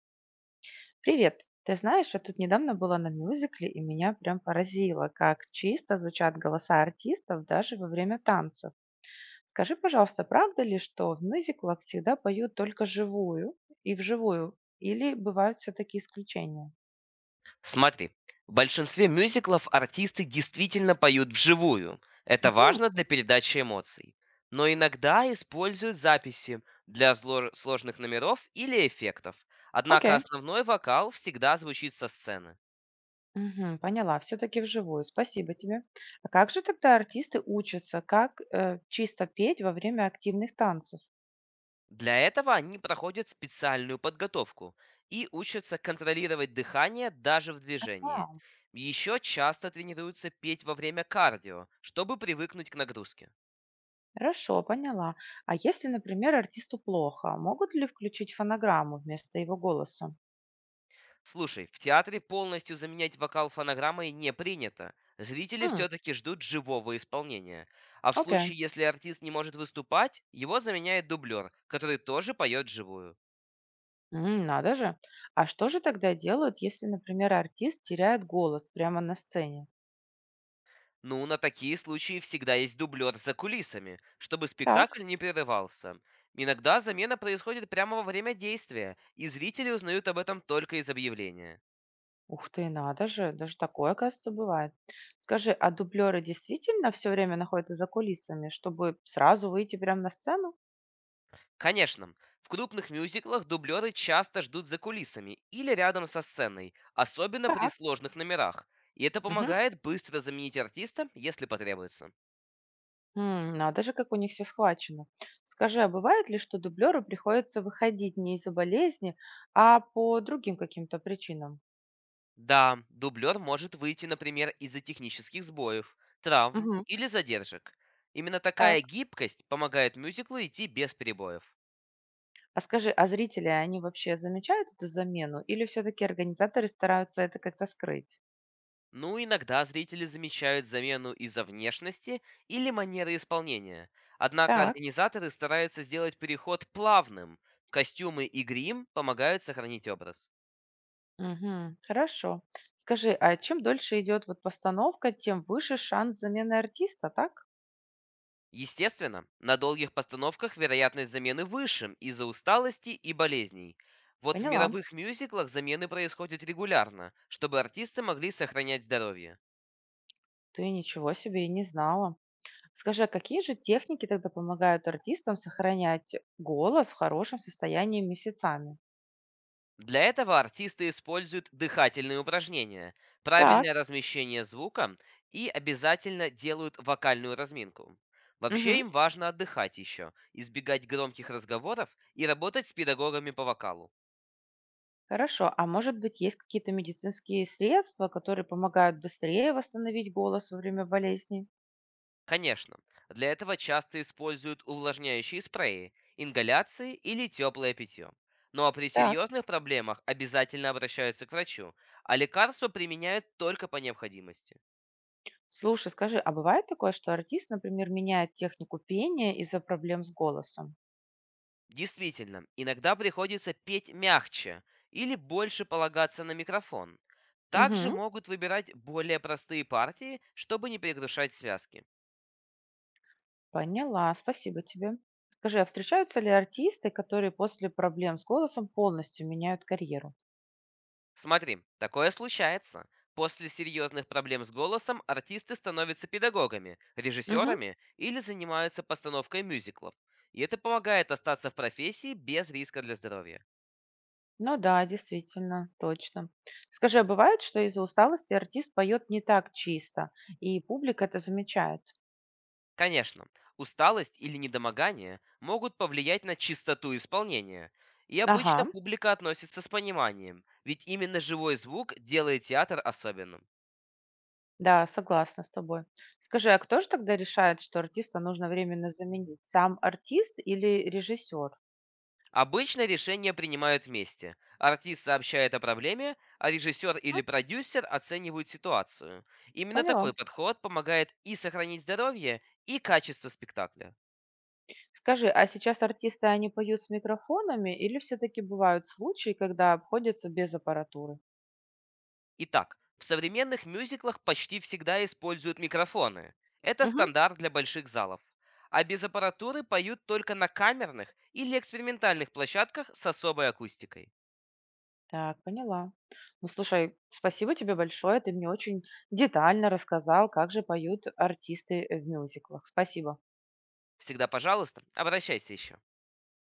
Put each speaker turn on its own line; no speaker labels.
Привет. Ты знаешь, я тут недавно была на мюзикле, и меня прям поразило, как чисто звучат голоса артистов даже во время танцев. Скажи, пожалуйста, правда ли, что в мюзиклах всегда поют только живую и вживую, или бывают все-таки исключения?
Смотри, в большинстве мюзиклов артисты действительно поют вживую. Это
Угу,
важно для передачи эмоций. Но иногда используют записи для сложных номеров или эффектов. Однако
окей.
основной вокал всегда звучит со сцены.
Мгм, поняла, все-таки вживую. Спасибо тебе. А как же тогда артисты учатся, как чисто петь во время активных танцев?
Для этого они проходят специальную подготовку и учатся контролировать дыхание даже в движении.
А,
Еще часто тренируются петь во время кардио, чтобы привыкнуть к нагрузке.
хорошо, поняла. А если, например, артисту плохо, могут ли включить фонограмму вместо его голоса?
Слушай, в театре полностью заменять вокал фонограммой не принято. Зрители
М,
все-таки ждут живого исполнения. А в
окей.
случае, если артист не может выступать, его заменяет дублер, который тоже поет живую.
М, надо же. А что же тогда делают, если, например, артист теряет голос прямо на сцене?
Ну, на такие случаи всегда есть дублер за кулисами, чтобы
Так,
спектакль не прерывался. Иногда замена происходит прямо во время действия, и зрители узнают об этом только из объявления.
ух ты, надо же, даже такое, оказывается, бывает. Скажи, а дублеры действительно все время находятся за кулисами, чтобы сразу выйти прямо на сцену?
Конечно, в крупных мюзиклах дублеры часто ждут за кулисами или рядом со сценой, особенно при
Так.
сложных номерах. И это
Мгм.
помогает быстро заменить артиста, если потребуется.
М, надо же, как у них все схвачено. Скажи, а бывает ли, что дублеру приходится выходить не из-за болезни, а по другим каким-то причинам?
Да, дублер может выйти, например, из-за технических сбоев, травм
Мгм.
или задержек. Именно
Так.
такая гибкость помогает мюзиклу идти без перебоев.
А скажи, а зрители, они вообще замечают эту замену или все-таки организаторы стараются это как-то скрыть?
Ну, иногда зрители замечают замену из-за внешности или манеры исполнения. Однако
Так.
организаторы стараются сделать переход плавным. Костюмы и грим помогают сохранить образ.
Мгм. Хорошо. Скажи, а чем дольше идет вот постановка, тем выше шанс замены артиста, так?
Естественно, на долгих постановках вероятность замены выше из-за усталости и болезней. Вот в
Поняла.
мировых мюзиклах замены происходят регулярно, чтобы артисты могли сохранять здоровье.
Ты ничего себе и не знала. Скажи, а какие же техники тогда помогают артистам сохранять голос в хорошем состоянии месяцами?
Для этого артисты используют дыхательные упражнения,
Так,
правильное размещение звука и обязательно делают вокальную разминку. Вообще
мгм.
им важно отдыхать еще, избегать громких разговоров и работать с педагогами по вокалу.
Хорошо, а может быть есть какие-то медицинские средства, которые помогают быстрее восстановить голос во время болезни?
Конечно, для этого часто используют увлажняющие спреи, ингаляции или теплое питье. Ну а при
Так.
серьезных проблемах обязательно обращаются к врачу, а лекарства применяют только по необходимости.
Слушай, скажи, а бывает такое, что артист, например, меняет технику пения из-за проблем с голосом?
Действительно, иногда приходится петь мягче или больше полагаться на микрофон. Также
Мгм.
могут выбирать более простые партии, чтобы не перегрушать связки.
Поняла, спасибо тебе. Скажи, а встречаются ли артисты, которые после проблем с голосом полностью меняют карьеру?
Смотри, такое случается. После серьезных проблем с голосом артисты становятся педагогами,
Мгм.
режиссерами или занимаются постановкой мюзиклов. И это помогает остаться в профессии без риска для здоровья.
Ну да, действительно, точно. Скажи, а бывает, что из-за усталости артист поет не так чисто, и публика это замечает?
Конечно, усталость или недомогание могут повлиять на чистоту исполнения, и
Ага,
обычно публика относится с пониманием, ведь именно живой звук делает театр особенным.
да, согласна с тобой. Скажи, а кто же тогда решает, что артиста нужно временно заменить? Сам артист или режиссер?
Обычно решение принимают вместе. Артист сообщает о проблеме, а режиссер
Ну,
или продюсер оценивают ситуацию. Именно
поняла.
такой подход помогает и сохранить здоровье, и качество спектакля.
Скажи, а сейчас артисты, они поют с микрофонами или все-таки бывают случаи, когда обходятся без аппаратуры?
Итак, в современных мюзиклах почти всегда используют микрофоны. Это стандарт для больших залов. А без аппаратуры поют только на камерных или экспериментальных площадках с особой акустикой.
Так, поняла. Ну, слушай, спасибо тебе большое. Ты мне очень детально рассказал, как же поют артисты в мюзиклах. Спасибо.
Всегда, пожалуйста, обращайся еще.